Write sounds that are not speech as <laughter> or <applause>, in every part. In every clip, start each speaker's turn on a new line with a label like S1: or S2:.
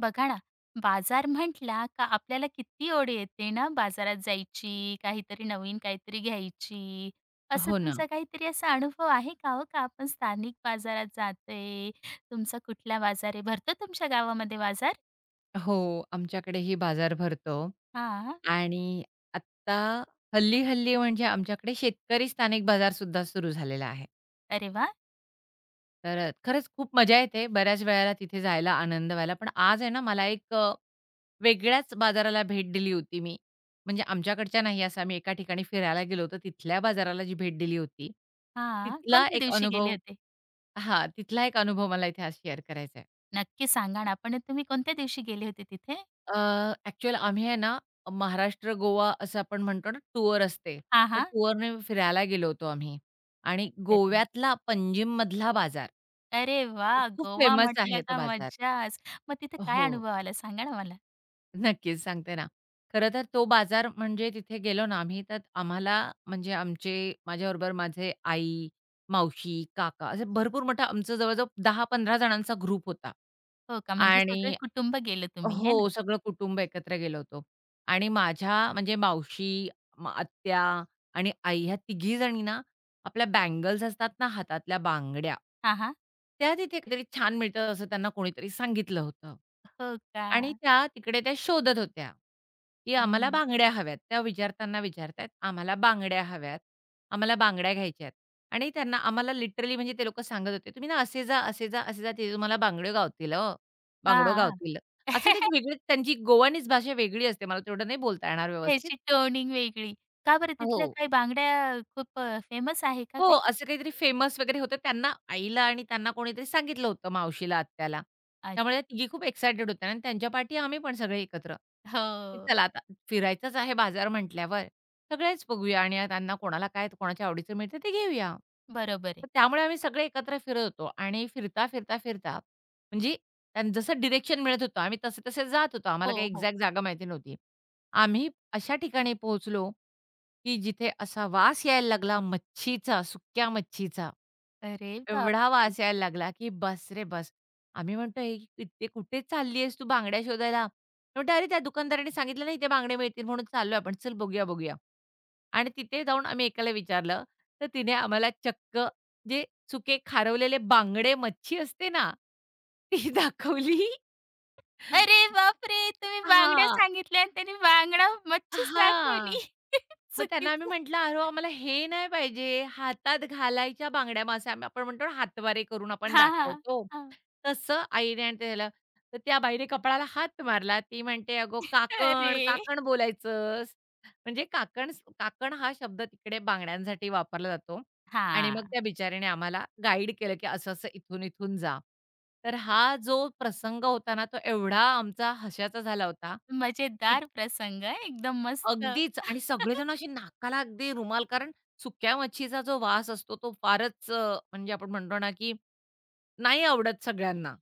S1: बघा ना, बाजार म्हटला का आपल्याला किती ओढ येते ना बाजारात जायची, काहीतरी नवीन काहीतरी घ्यायची. असं
S2: हो ना.
S1: तुमचा काहीतरी असा अनुभव आहे का हो, का आपण स्थानिक बाजारात जातोय? तुमचा कुठला बाजार आहे? भरतो तुमच्या गावामध्ये बाजार?
S2: हो, आमच्याकडे ही बाजार भरतो
S1: हां.
S2: आणि आत्ता हल्ली-हल्ली म्हणजे आमच्याकडे शेतकरी स्थानिक बाजार सुद्धा सुरू झालेला आहे.
S1: अरे वाह!
S2: तर खरंच खूप मजा येते बऱ्याच वेळेला तिथे जायला, आनंद व्हायला. पण आज आहे ना मला एक वेगळ्याच बाजाराला भेट दिली होती मी. म्हणजे आमच्याकडच्या नाही असं आम्ही एका ठिकाणी फिरायला गेलो होतो. तिथल्या बाजाराला जी भेट दिली होती,
S1: हां.
S2: तिथला
S1: कोणत्या
S2: एक
S1: दिवशी गेले
S2: अनुभव
S1: होते?
S2: हां, तिथला एक अनुभव मला इथे आज शेअर करायचा आहे.
S1: नक्की सांगा ना, पण तुम्ही कोणत्या दिवशी गेले होते तिथे?
S2: अ, ॲक्चुअल आम्ही आहे ना, महाराष्ट्र, गोवा असं आपण म्हणतो ना टूअर असते.
S1: हां,
S2: तर
S1: हां.
S2: टूअरने फिरायला गेलो होतो आम्ही आणि
S1: अरे वाह!
S2: गोव्यातला पंजिम पंजिममधला बाजार
S1: अरे
S2: तो
S1: वाह!
S2: खूप
S1: गोवा
S2: फेमस आहे
S1: म्हटलं
S2: तो
S1: का
S2: बाजार.
S1: मज्जाच. मग तिथे काय
S2: हो,
S1: अनुभव आला सांगा ना मला?
S2: नक्कीच सांगते ना. खरं तर तो बाजार म्हणजे तिथे गेलो ना आम्ही, तर आम्हाला म्हणजे आमचे माझ्याबरोबर माझे आई, मावशी, काका असे भरपूर मोठा आमचं जवळ-जवळ 10 जणांचा ग्रुप होता.
S1: हो का, म्हणजे
S2: आणि
S1: सगळे कुटुंब गेलं तुम्ही, हे ना?
S2: हो, सगळं कुटुंब एकत्र गेलो होतो. आणि माझ्या म्हणजे मावशी, आत्या आणि आई ह्या तिघी जणी ना, आपल्या बँगल्स असतात ना हातातल्या बांगड्या,
S1: हां, हां.
S2: त्या तिथे काहीतरी छान मिळतात असं त्यांना कोणीतरी सांगितलं होतं.
S1: हो का?
S2: आणि त्या तिकडे त्या शोधत होत्या, की आम्हाला
S1: हं.
S2: बांगड्या हव्यात. त्या विचारताना विचारतायत, "आम्हाला बांगड्या हव्यात, आम्हाला बांगड्या घ्यायच्या आहेत." आणि त्यांना आम्हाला लिटरली म्हणजे ते लोकं सांगत होते, "तुम्ही ना असे जा, असे जा, असे जा, तिथे तुम्हाला बांगड्या गावतील, हो, बांगडो
S1: हां.
S2: गावतील." असं ते एक
S1: <laughs>
S2: वेगळी त्यांची गोवानीज भाषा वेगळी असते. मला तेवढं नाही बोलता येणार व्यवस्थित.
S1: त्याची टोनिंग वेगळी. का बरं
S2: हो.
S1: तिथल्या काही बांगड्या खूप फेमस आहे का
S2: हो,
S1: काही?
S2: असं काहीतरी फेमस वगैरे होतं. त्यांना आईला आणि त्यांना कोणीतरी सांगितलं होतं मावशीला, आत्याला.
S1: अच्छा.
S2: त्यामुळे त्या तिघी खूप एक्सायटेड होत्या आणि त्यांच्या पाठी आम्ही पण सगळे एकत्र, की
S1: हो.
S2: चला आता फिरायचंच आहे बाजार म्हटल्यावर सगळेच बघूया आणि त्यांना कोणाला काय कोणाच्या आवडीचं मिळतं ते घेऊया.
S1: बरोबर आहे.
S2: तर त्यामुळे आम्ही सगळे एकत्र फिरत होतो आणि फिरता, फिरता, फिरता म्हणजे जसं डिरेक्शन मिळत होतं आम्ही तसे-तसे जात होतो. आम्हाला काही
S1: हो, हो.
S2: एक्झॅक्ट जागा माहिती नव्हती. आम्ही अशा ठिकाणी पोहोचलो, की जिथे असा वास यायला लागला मच्छीचा, सुक्या मच्छीचा.
S1: अरे बाप.
S2: एवढा वास यायला लागला, की बस रे बस. आम्ही म्हणतोय, "इथे कुठे चालली आहेस तू बांगड्या शोधायला?" म्हणतो, "अरे, त्या दुकानदाराने सांगितलं ना, इथे बांगडे मिळतील म्हणून चाललो आपण. चल बघूया, बघूया." आणि तिथे जाऊन आम्ही एकाला विचारलं, तर तिने आम्हाला चक्क जे सुके खारवलेले बांगडे मच्छी असते ना, ती दाखवली.
S1: अरे बापरे! तुम्ही बांगड्या
S2: हां.
S1: सांगितल्या आणि त्याने बांगडा मच्छीच
S2: हां.
S1: दाखवली. <laughs>
S2: मग त्यांना आम्ही
S1: चुकीचं.
S2: म्हटलं, "अहो, आम्हाला हे नाही पाहिजे, हातात घालायच्या बांगड्या मासे." आम्ही आपण म्हणतो ना, हातवारे करून आपण
S1: हां, हां.
S2: दाखवतो,
S1: हां.
S2: तसं आईने आणि त्याला तर त्या बाईने कपाळाला हात मारला. ती म्हणते, "अगो काकण, काकण
S1: अरे!
S2: बोलायचंस." म्हणजे काकण काकण हा शब्द तिकडे बांगड्यांसाठी वापरला जातो आणि मग
S1: हां.
S2: त्या बिचारीने आम्हाला गाईड केलं, की असं-असं इथून-इथून जा. तर हा जो प्रसंग होता ना, तो एवढा आमचा हशाचा झाला होता, की
S1: मजेदार प्रसंग हं, एकदम मस्त.
S2: अगदीच आणि
S1: <laughs>
S2: सगळेजण असे नाकाला अगदी रुमाल कारण सुक्या मच्छीचा जो वास असतो तो फारच म्हणजे आपण म्हणतो ना, की नाही आवडत सगळ्यांना.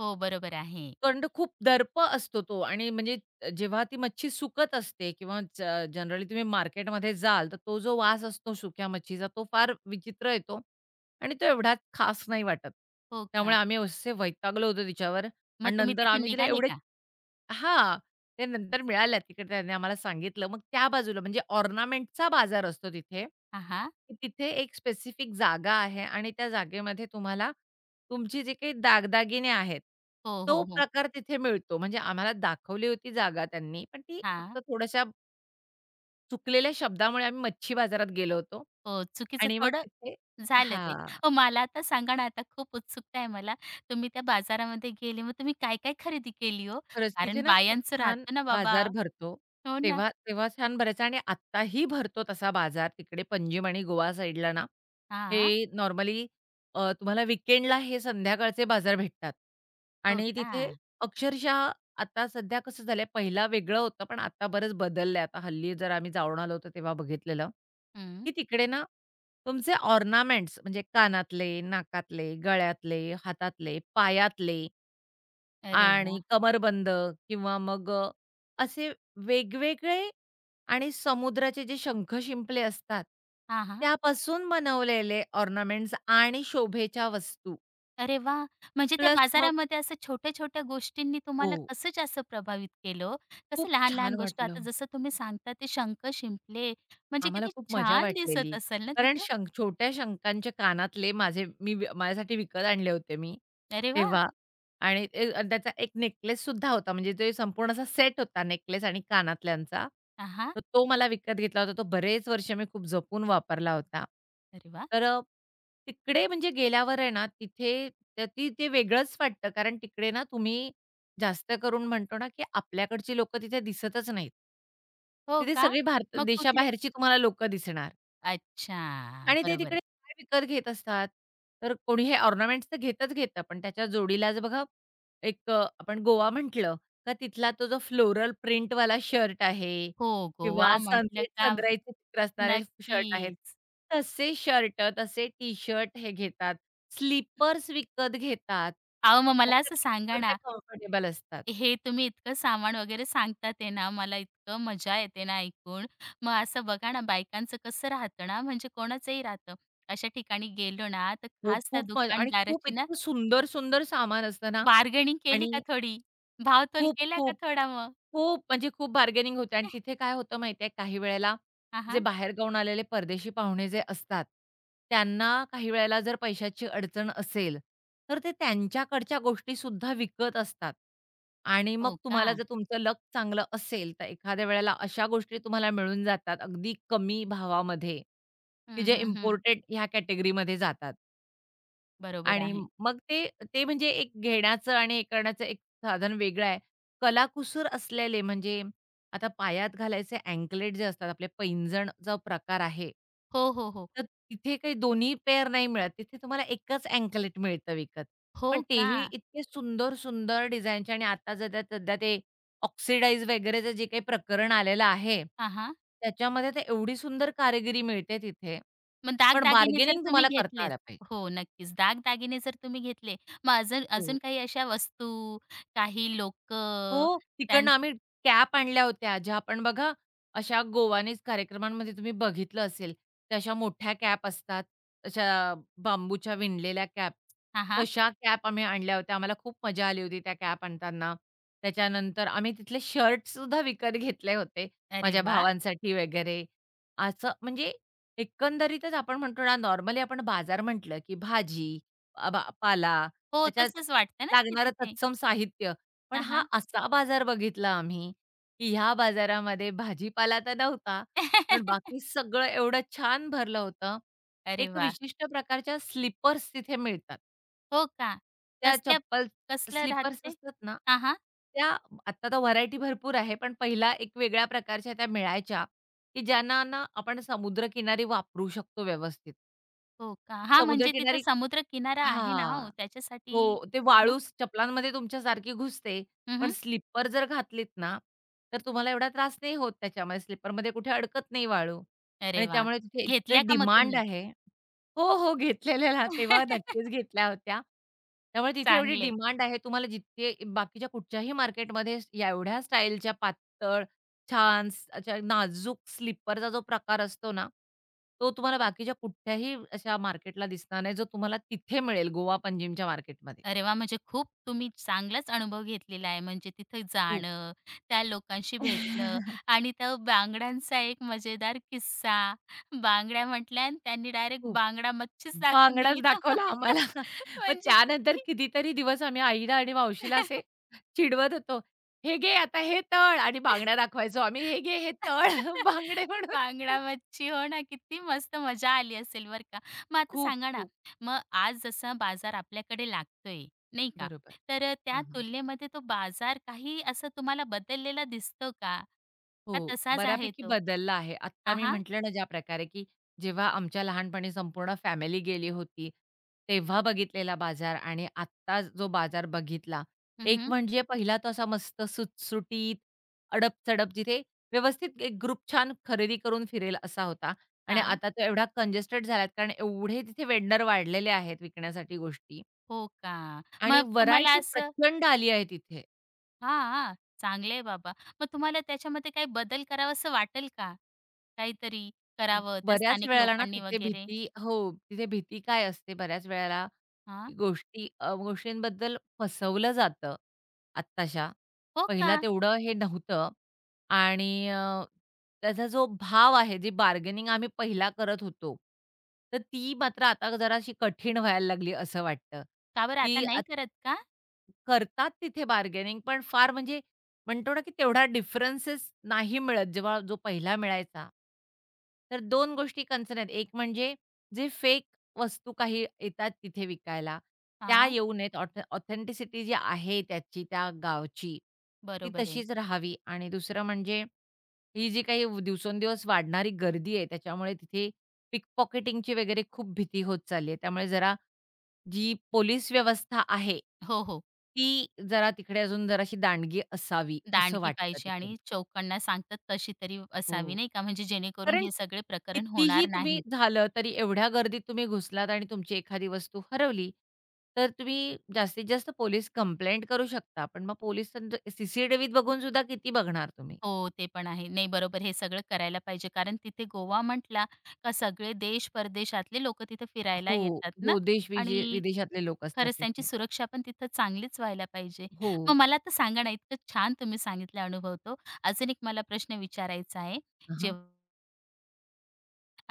S1: हो, बरोबर आहे.
S2: कारण तो खूप दर्प असतो तो आणि म्हणजे जेव्हा ती मच्छी सुकत असते किंवा जनरली तुम्ही मार्केटमध्ये जाल, तर तो जो वास असतो सुक्या मच्छीचा तो फार विचित्र येतो आणि तो एवढा खास नाही वाटत.
S1: हो
S2: त्यामुळे
S1: का?
S2: आम्ही असे वैतागलो होतो तिच्यावर
S1: मग
S2: आणि
S1: तुम्ही
S2: नंतर
S1: तिथून
S2: आम्ही तिला
S1: निघाले
S2: एवढे
S1: का?
S2: हां. ते नंतर मिळाल्या तिकडे त्यांनी आम्हाला सांगितलं. मग त्या बाजूला म्हणजे ऑर्नामेंटचा बाजार असतो तिथे,
S1: हां, हां.
S2: की तिथे एक स्पेसिफिक जागा आहे आणि त्या जागेमध्ये तुम्हाला तुमची जी काही दागदागिने आहेत,
S1: हो,
S2: तो
S1: हो, हो.
S2: प्रकार तिथे मिळतो. म्हणजे आम्हाला दाखवली होती जागा त्यांनी, पण ती फक्त
S1: हां.
S2: थोड्याशा चुकलेल्या शब्दामुळे आम्ही मच्छी बाजारात गेलो होतो
S1: हो, चुकीचं
S2: आणि मग
S1: थोडं
S2: तिथे
S1: झालं ते.
S2: हां.
S1: हो, मला आता सांगा ना, आता खूप उत्सुकता आहे मला. तुम्ही त्या बाजारामध्ये गेले, मग तुम्ही काय-काय खरेदी केली हो?
S2: खरंच, तिथे
S1: कारण
S2: ना खूप
S1: बायांचं
S2: छान
S1: राहतं ना बाबा.
S2: बाजार भरतो.
S1: हो ना.
S2: तेव्हा तेव्हा छान भरायचा आणि आत्ताही भरतो तसा बाजार तिकडे पंजिम आणि गोवा साईडला ना, हे
S1: हां.
S2: नॉर्मली तुम्हाला वीकेंडला हे संध्याकाळचे बाजार भेटतात
S1: हो
S2: आणि
S1: का?
S2: तिथे अक्षरशः आता सध्या कसं झालंय, पहिला वेगळं होतं, पण आता बरंच बदललंय. आता हल्ली जर आम्ही जाऊन आलो होतो तेव्हा बघितलेलं,
S1: हं.
S2: की तिकडे ना तुमचे ऑर्नामेंट्स म्हणजे कानातले, नाकातले, गळ्यातले, हातातले, पायातले
S1: अरे
S2: आणि
S1: वाह!
S2: कमरबंद किंवा मग असे वेगवेगळे आणि समुद्राचे जे शंख शिंपले असतात,
S1: हां, हां.
S2: त्यापासून बनवलेले ऑर्नामेंट्स आणि शोभेच्या वस्तू.
S1: अरे वाह! म्हणजे त्या
S2: प्लस मग
S1: बाजारामध्ये असं छोट्या-छोट्या गोष्टींनी
S2: हो.
S1: तुम्हाला कसं जास्त प्रभावित केलं हो? कसं
S2: खूप छान
S1: लहान-लहान गोष्ट आता
S2: वाटलं.
S1: जसं तुम्ही सांगता ते शंख, शिंपले म्हणजे
S2: आम्हाला
S1: किती
S2: खूप मजा
S1: छान
S2: वाटलेली.
S1: दिसत असेल ना
S2: कारण
S1: तिथं?
S2: शंख छोट्या शंखांच्या कानातले माझे मी माझ्यासाठी विकत आणले होते मी
S1: अरे वाह!
S2: तेव्हा. आणि ते त्याचा एक नेकलेससुद्धा होता, म्हणजे ते संपूर्ण असा सेट होता नेकलेस आणि कानातल्यांचा.
S1: हां, हां.
S2: तर तो मला विकत घेतला होता. तो बरेच वर्ष मी खूप जपून वापरला होता.
S1: अरे वाह!
S2: तर तिकडे म्हणजे गेल्यावर आहे ना, तिथे त ती ते वेगळंच वाटतं, कारण तिकडे ना तुम्ही जास्त करून म्हणतो ना, की आपल्याकडची लोकं तिथे दिसतच नाहीत.
S1: हो
S2: तिथे
S1: का?
S2: सगळी भारत
S1: मग कुठले.
S2: देशाबाहेरची तुम्हाला लोकं दिसणार.
S1: अच्छा.
S2: आणि ते
S1: बरोबर
S2: तिकडे
S1: आहे.
S2: काय विकत घेत असतात. तर कोणी हे ऑर्नामेंट्स तर घेतच घेतं, पण त्याच्या जोडीलाच बघा एक आपण गोवा म्हटलं का तिथला तो जो फ्लोरल प्रिंटवाला शर्ट आहे
S1: हो, गोवा
S2: किंवा
S1: म्हटलं
S2: सनसेट
S1: का
S2: सनराईजचं चित्र असणारे शर्ट आहेत.
S1: नक्कीच.
S2: तसे शर्ट, तसे टी-शर्ट हे घेतात. स्लीपर्स विकत घेतात.
S1: अहो, मग
S2: का
S1: मला
S2: तर
S1: असं सांगा
S2: बीचवर त्या
S1: ना,
S2: कम्फर्टेबल असतात.
S1: हे तुम्ही इतकं सामान वगैरे सांगतात आहे ना, मला इतकं मजा येते ना ऐकून. मग असं बघा ना, बायकांचं कसं राहतं ना, म्हणजे कोणाचंही राहतं. अशा ठिकाणी गेलो ना, तर
S2: हो,
S1: खास त्या
S2: खूप मजा- आणि खूप
S1: दुकानदाराची ना,
S2: इतकं सुंदर, सुंदर सामान असतं ना
S1: बार्गेनिंग केली
S2: आणि
S1: का थोडी? भावतोल
S2: खूप,
S1: केला का
S2: खूप
S1: थोडा मग?
S2: खूप म्हणजे खूप बार्गेनिंग होते आणि तिथे काय होतं माहिती काही वेळेला
S1: हां,
S2: जे
S1: हां.
S2: बाहेरगावाहून आलेले परदेशी पाहुणे जे असतात, त्यांना काही वेळेला जर पैशाची अडचण असेल, तर ते त्यांच्याकडच्या गोष्टीसुद्धा विकत असतात. आणि मग
S1: हो का?
S2: तुम्हाला जर तुमचं लक चांगलं असेल, तर एखाद्या वेळेला अशा गोष्टी तुम्हाला मिळून जातात अगदी कमी भावामध्ये, की
S1: हं,
S2: जे
S1: हं, हं.
S2: इम्पोर्टेड ह्या कॅटेगरीमध्ये जातात.
S1: बरोबर
S2: आणि
S1: आहे.
S2: मग ते ते म्हणजे एक घेण्याचं आणि हे करण्याचं एक साधन वेगळं आहे. कलाकुसर असलेले म्हणजे आता पायात घालायचे अँकलेट जे असतात आपले पैंजणचा प्रकार आहे.
S1: हो, हो, हो.
S2: तर तिथे काही दोन्ही पेअर नाही मिळत. तिथे तुम्हाला एकच अँकलेट मिळतं विकत.
S1: हो
S2: पण
S1: का?
S2: तेही इतके सुंदर-सुंदर डिझाईनचे आणि आता सध्या सध्या ते ऑक्सिडाइज वगैरेचं जे काही प्रकरण आलेलं आहे,
S1: हां,
S2: त्याच्यामध्ये तर एवढी सुंदर कारागिरी मिळते तिथे.
S1: मग
S2: पण
S1: दागदागिने जर
S2: बार्गेनिंग
S1: तुम्ही
S2: तुम्हाला करता
S1: घेतलेच.
S2: आलं पाहिजे.
S1: हो, नक्कीच. दागदागिने जर तुम्ही घेतले, मग अजून अजून
S2: हो.
S1: काही अशा वस्तू, काही लोकं
S2: हो,
S1: त्यां.
S2: तिकडनं आम्ही कॅप आणल्या होत्या, ज्या आपण बघा अशा गोवानीज कार्यक्रमांमध्ये तुम्ही बघितलं असेल, त्या अशा मोठ्या कॅप असतात, अशा बांबूच्या विणलेल्या कॅप.
S1: हां, हां.
S2: तशा कॅप आम्ही आणल्या होत्या. आम्हाला खूप मजा आली होती त्या कॅप आणताना. त्याच्यानंतर आम्ही तिथले शर्ट्ससुद्धा विकत घेतले होते,
S1: अरे
S2: माझ्या
S1: वाह!
S2: भावांसाठी वगैरे. असं म्हणजे एकंदरीतच आपण म्हणतो ना, नॉर्मली आपण बाजार म्हटलं की भाजी, बा पाला,
S1: हो,
S2: त्याच्यात
S1: तसंच वाटतं ना ते
S2: लागणारं
S1: तिथे.
S2: तत्सम साहित्य पण
S1: हां,
S2: हा
S1: हां.
S2: असा बाजार बघितला आम्ही, की ह्या बाजारामध्ये भाजीपाला तर नव्हता, पण बाकी
S1: <laughs>
S2: सगळं एवढं छान भरलं होतं.
S1: अरे
S2: एक
S1: वाह!
S2: विशिष्ट प्रकारच्या स्लिपर्स तिथे मिळतात.
S1: हो का?
S2: त्या
S1: कसल्या
S2: चप्पल
S1: कसलं राहतं
S2: स्लिपर्स
S1: ते?
S2: असतात ना,
S1: हां, हां.
S2: त्या आता तर व्हरायटी भरपूर आहे, पण पहिला एक वेगळ्या प्रकारच्या त्या मिळायच्या, की ज्यांना ना आपण समुद्रकिनारी वापरू शकतो व्यवस्थित.
S1: हो का? हां, म्हणजे तिथं
S2: समुद्रकिनारी
S1: समुद्रकिनारा आहे ना हो,
S2: हां. हो,
S1: त्याच्यासाठी.
S2: ते
S1: हं, हं.
S2: वाळू चपलांमध्ये तुमच्या सारखी घुसते. पण स्लिपर जर घातलीत ना, तर तुम्हाला एवढा त्रास नाही होत त्याच्यामध्ये. स्लिपरमध्ये कुठे अडकत नाही वाळू
S1: अरे
S2: आणि
S1: वाह!
S2: त्यामुळे तिथे इतके
S1: घेतल्या का मग
S2: डिमांड
S1: तुम्ही?
S2: आहे हो, हो, घेतलेल्या ना तेव्हा नक्कीच
S1: <laughs>
S2: घेतल्या होत्या. त्यामुळे तिथे एवढी
S1: चांगले.
S2: डिमांड आहे. तुम्हाला जिथे बाकीच्या कुठच्याही मार्केटमध्ये एवढ्या स्टाईलच्या पातळ छान अशा नाजूक स्लीपरचा जो प्रकार असतो ना, तो तुम्हाला बाकीच्या कुठल्याही अशा मार्केटला दिसणार नाही, जो तुम्हाला तिथे मिळेल गोवा पंजिमच्या मार्केटमध्ये.
S1: अरे वाह! म्हणजे खूप तुम्ही चांगलाच अनुभव घेतलेला आहे. म्हणजे तिथं
S2: खूप.
S1: जाणं, त्या लोकांशी भेटणं
S2: <laughs>
S1: आणि त्या बांगड्यांचा एक मजेदार किस्सा. बांगड्या म्हटल्या आणि त्यांनी डायरेक्ट
S2: खूप.
S1: बांगडा मच्छीच दाखवून
S2: बांगडाच
S1: दिली
S2: दाखवला
S1: तुम्हाला.
S2: आम्हाला.
S1: <laughs>
S2: <laughs> मग
S1: म्हणजे
S2: त्यानंतर
S1: किती.
S2: कितीतरी दिवस आम्ही आईला आणि मावशीला असे
S1: <laughs>
S2: चिडवत होतो. "हे घे आता हे तळ" आणि बांगड्या दाखवायचो आम्ही. "हे घे हे तळ."
S1: <laughs>
S2: <laughs> बांगडे म्हणून.
S1: बांगडा मच्छी. हो ना, किती मस्त मजा आली असेल बरं का. मग आता
S2: खूप,
S1: सांगा ना,
S2: खूप.
S1: मग आज जसा बाजार आपल्याकडे लागतोय, नाही का?
S2: बरोबर.
S1: तर त्या
S2: हां, हां.
S1: तुलनेमध्ये तो बाजार काही असं तुम्हाला बदललेला दिसतो का?
S2: हो,
S1: का तसाच आहे
S2: बऱ्यापैकी
S1: तो?
S2: बदलला आहे. आत्ता
S1: हां,
S2: मी
S1: हां.
S2: म्हटलं ना ज्या प्रकारे, की जेव्हा आमच्या लहानपणी संपूर्ण फॅमिली गेली होती, तेव्हा बघितलेला बाजार आणि आत्ता जो बाजार बघितला,
S1: हं,
S2: एक
S1: हं.
S2: म्हणजे पहिला तो असा मस्त सुटसुटीत, अडप-चडप जिथे व्यवस्थित एक ग्रुप छान खरेदी करून फिरेल असा होता आणि आता तो एवढा कंजेस्टेड झालात कारण एवढे तिथे वेंडर वाढलेले आहेत विकण्यासाठी गोष्टी
S1: हो का?
S2: आणि
S1: मग तुम्हाला
S2: व्हरायटी
S1: असं.
S2: प्रचंड आली आहे तिथे.
S1: हां, चांगलं आहे बाबा. मग तुम्हाला त्याच्यामध्ये काही बदल करावासं वाटेल का? काहीतरी करावं त्या
S2: बऱ्याच
S1: स्थानिक
S2: वेळेला ना
S1: लोकांनी
S2: तिथे
S1: वगैरे?
S2: भीती हो, तिथे भीती काय असते बऱ्याच वेळेला,
S1: हां.
S2: गोष्टींबद्दल फसवलं जातं आत्ताशा.
S1: हो का?
S2: पहिला तेवढं हे नव्हतं आणि त्याचा जो भाव आहे, जी बार्गेनिंग आम्ही पहिला करत होतो, तर ती मात्र आता जराशी कठीण व्हायला लागली असं वाटतं,
S1: का बरं आता
S2: की
S1: नाही करत का?
S2: करतात तिथे बार्गेनिंग पण फार म्हणजे म्हणतो ना, की तेवढा डिफरन्सेस नाही मिळत जेव्हा जो पहिला मिळायचा. तर 2 गोष्टी कन्सर्न आहेत. एक म्हणजे जे फेक वस्तू काही येतात तिथे विकायला, त्या
S1: हां,
S2: येऊ नयेत. ऑथेंटिसिटी जी आहे त्याची, त्या गावची, ती
S1: बरोबर आहे.
S2: तशीच राहावी आणि दुसरं म्हणजे ही जी काही दिवसेंदिवस वाढणारी गर्दी आहे, त्याच्यामुळे तिथे पिकपॉकेटिंगची वगैरे खूप भीती होत चालली आहे. त्यामुळे जरा जी पोलीस व्यवस्था आहे,
S1: हो, हो.
S2: ती जरा तिकडे अजून जराशी दांडगी असावी, असं
S1: दांडगी
S2: वाटतं
S1: पाहिजे
S2: तिकडे.
S1: आणि चौकांना सांगतात तशी तरी असावी
S2: हो.
S1: नाही का? म्हणजे जेणेकरून
S2: कारण
S1: हे सगळे प्रकरण
S2: कितीही
S1: होणार
S2: तुम्ही
S1: नाहीत.
S2: झालं तरी एवढ्या गर्दीत तुम्ही घुसलात आणि तुमची एखादी वस्तू हरवली, तर तुम्ही जास्तीत जास्त पोलीस कंप्लेंट करू शकता. पण मग पोलिसांचं सी-सी-टीव्हीत बघून सुद्धा किती बघणार तुम्ही?
S1: हो, ते पण आहे. नाही बरोबर हे सगळं करायला पाहिजे कारण तिथे गोवा म्हटला का सगळे देश-परदेशातले लोकं तिथे फिरायला
S2: हो,
S1: येतात ना.
S2: हो. देश विजे
S1: आणि
S2: विदेशातले लोक असतात
S1: खरंच त्यांची
S2: तिथे.
S1: सुरक्षा पण तिथं चांगलीच व्हायला पाहिजे.
S2: हो.
S1: मग मला आता सांगा ना, इतकं छान तुम्ही सांगितला अनुभव तो. अजून एक मला प्रश्न विचारायचा आहे.
S2: हां, हां.
S1: जेव्हा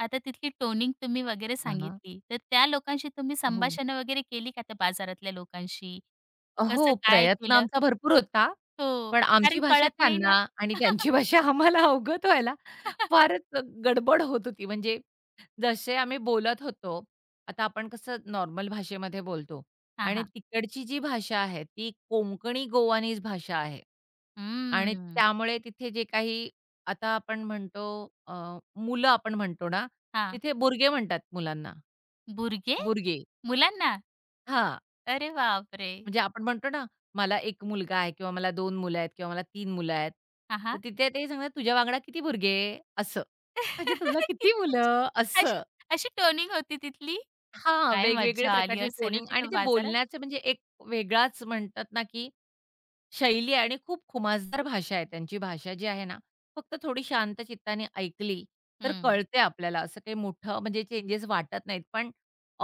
S1: आता तिथली टोनिंग तुम्ही वगैरे सांगितली, तर त्या लोकांशी तुम्ही
S2: हो.
S1: संभाषणं वगैरे केली का त्या बाजारातल्या लोकांशी? कसं
S2: हो,
S1: काय
S2: प्रयत्न
S1: केलं?
S2: आमचा भरपूर होता.
S1: हो,
S2: पण आमची
S1: कारण
S2: भाषा
S1: कळत नाही
S2: त्यांना
S1: ना.
S2: आणि त्यांची भाषा आम्हाला अवगत व्हायला
S1: <laughs>
S2: फारच गडबड होत होती. म्हणजे जसे आम्ही बोलत होतो, आता आपण कसं नॉर्मल भाषेमध्ये बोलतो
S1: हां,
S2: आणि
S1: हां.
S2: तिकडची जी भाषा आहे, ती कोंकणी गोवानीज भाषा आहे आणि
S1: हम्म.
S2: त्यामुळे तिथे जे काही आता आपण म्हणतो अ, मुलं आपण म्हणतो ना,
S1: हां.
S2: तिथे बुरगे म्हणतात मुलांना.
S1: बुरगे?
S2: बुरगे
S1: मुलांना?
S2: हां,
S1: अरे बापरे!
S2: म्हणजे आपण म्हणतो ना, मला 1 मुलगा आहे किंवा मला 2 मुलं आहेत किंवा मला 3 मुलं आहेत.
S1: हां,
S2: तर
S1: हां.
S2: तिथे ते सांगतात, "तुझ्या वांगडा किती बुरगे?" असं. म्हणजे तुला
S1: <laughs> किती
S2: किती मुलं?
S1: छान! अशी,
S2: असं.
S1: अशी टोनिंग होती तिथली?
S2: हां,
S1: काय
S2: वेगवेगळ्या
S1: मज्जा आली
S2: प्रकारचे
S1: असेल हो
S2: टोनिंग आणि
S1: तिथं
S2: ते
S1: बाजारात?
S2: बोलण्याचे म्हणजे एक वेगळाच म्हणतात ना, की शैली आणि खूप खुमासदार भाषा आहे. त्यांची भाषा जी आहे ना, फक्त थोडी शांत चित्ताने ऐकली तर
S1: हं.
S2: कळते आपल्याला. असं काही मोठं म्हणजे चेंजेस वाटत नाहीत. पण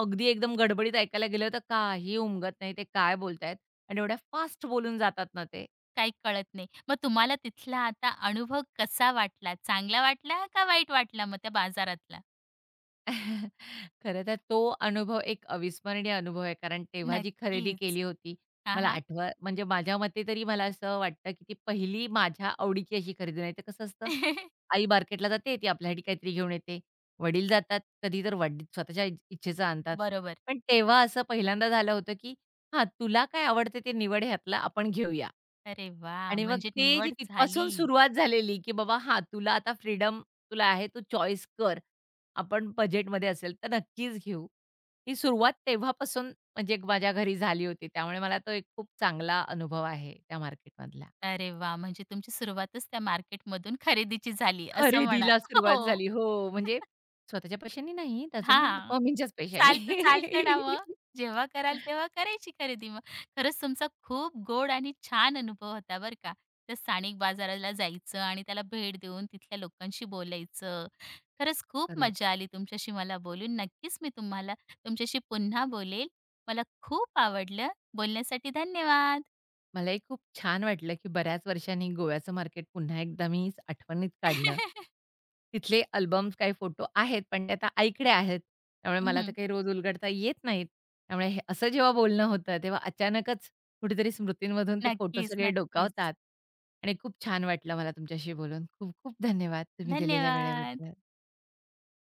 S2: अगदी एकदम गडबडीत ऐकायला गेलं तर काही उमगत नाही. ते काय बोलतायत आणि एवढ्या फास्ट बोलून जातात ना ते.
S1: काही कळत नाही. मग तुम्हाला तिथला आता अनुभव कसा वाटला? चांगला वाटला का वाईट वाटला मग त्या बाजारातला?
S2: <laughs> खरं तर तो अनुभव एक अविस्मरणीय अनुभव आहे. कारण तेव्हा जी खरेदी
S1: नक्कीच.
S2: केली होती,
S1: हां,
S2: मला
S1: हां.
S2: आठवा म्हणजे माझ्या मते तरी मला असं वाटतं, की ती पहिली माझ्या आवडीची अशी खरेदी. नाहीतर कसं असतं,
S1: <laughs>
S2: आई मार्केटला जाते, ती आपल्यासाठी काहीतरी घेऊन येते. वडील जातात, कधी तर वडील स्वतःच्या इच्छेचं आणतात.
S1: बरोबर.
S2: पण तेव्हा असं पहिल्यांदा झालं होतं, की हां, तुला काय आवडते ते निवड ह्यातला आपण घेऊया.
S1: अरे वा,
S2: आणि मग
S1: म्हणजे
S2: ते जी
S1: निवड
S2: तिथपासून
S1: झाली.
S2: सुरुवात झालेली, की बाबा हां, तुला आता फ्रीडम तुला आहे, तू चॉईस कर. आपण बजेटमध्ये असेल तर नक्कीच घेऊ. ही सुरुवात तेव्हापासून म्हणजे माझ्या घरी झाली होती. त्यामुळे मला तो एक खूप चांगला अनुभव आहे त्या मार्केटमधला.
S1: अरे वा, म्हणजे तुमची सुरुवातच त्या मार्केटमधून खरेदीची झाली असं म्हणा.
S2: खरेदीला सुरुवात
S1: हो.
S2: झाली. हो, म्हणजे स्वतःच्या पैशांनी नाही, तर अजून पण
S1: हां.
S2: पप्पा-मम्मींच्याच पैशांनी.
S1: चालतं, चालतं ना मग. जेव्हा कराल
S2: <laughs>
S1: तेव्हा करायची खरेदी मग. खरंच तुमचा खूप गोड आणि छान अनुभव होता बरं का. त्या स्थानिक बाजाराला जायचं आणि त्याला भेट देऊन तिथल्या लोकांशी बोलायचं. खरंच खूप
S2: खरंय.
S1: मजा आली तुमच्याशी मला बोलून. नक्कीच मी तुम्हाला तुमच्याशी पुन्हा बोलेल. मला खूप आवडलं. बोलण्यासाठी धन्यवाद.
S2: मलाही खूप छान वाटलं, की बऱ्याच वर्षांनी गोव्याचं मार्केट पुन्हा एकदा मी आठवणीत काढलं.
S1: <laughs>
S2: तिथले अल्बम्स काही फोटो आहेत, पण ते आता आईकडे आहेत. त्यामुळे मला तर
S1: हं,
S2: काही रोज उलगडता येत नाहीत. त्यामुळे हे असं जेव्हा बोलणं होतं, तेव्हा अचानकच कुठेतरी स्मृतींमधून ते फोटो
S1: नक्कीच,
S2: सगळे
S1: नक्कीच.
S2: डोकावतात आणि खूप छान वाटलं मला तुमच्याशी बोलून. खूप खूप धन्यवाद तुम्ही दिलेल्या
S1: धन्यवाद.
S2: वेळेबद्दल.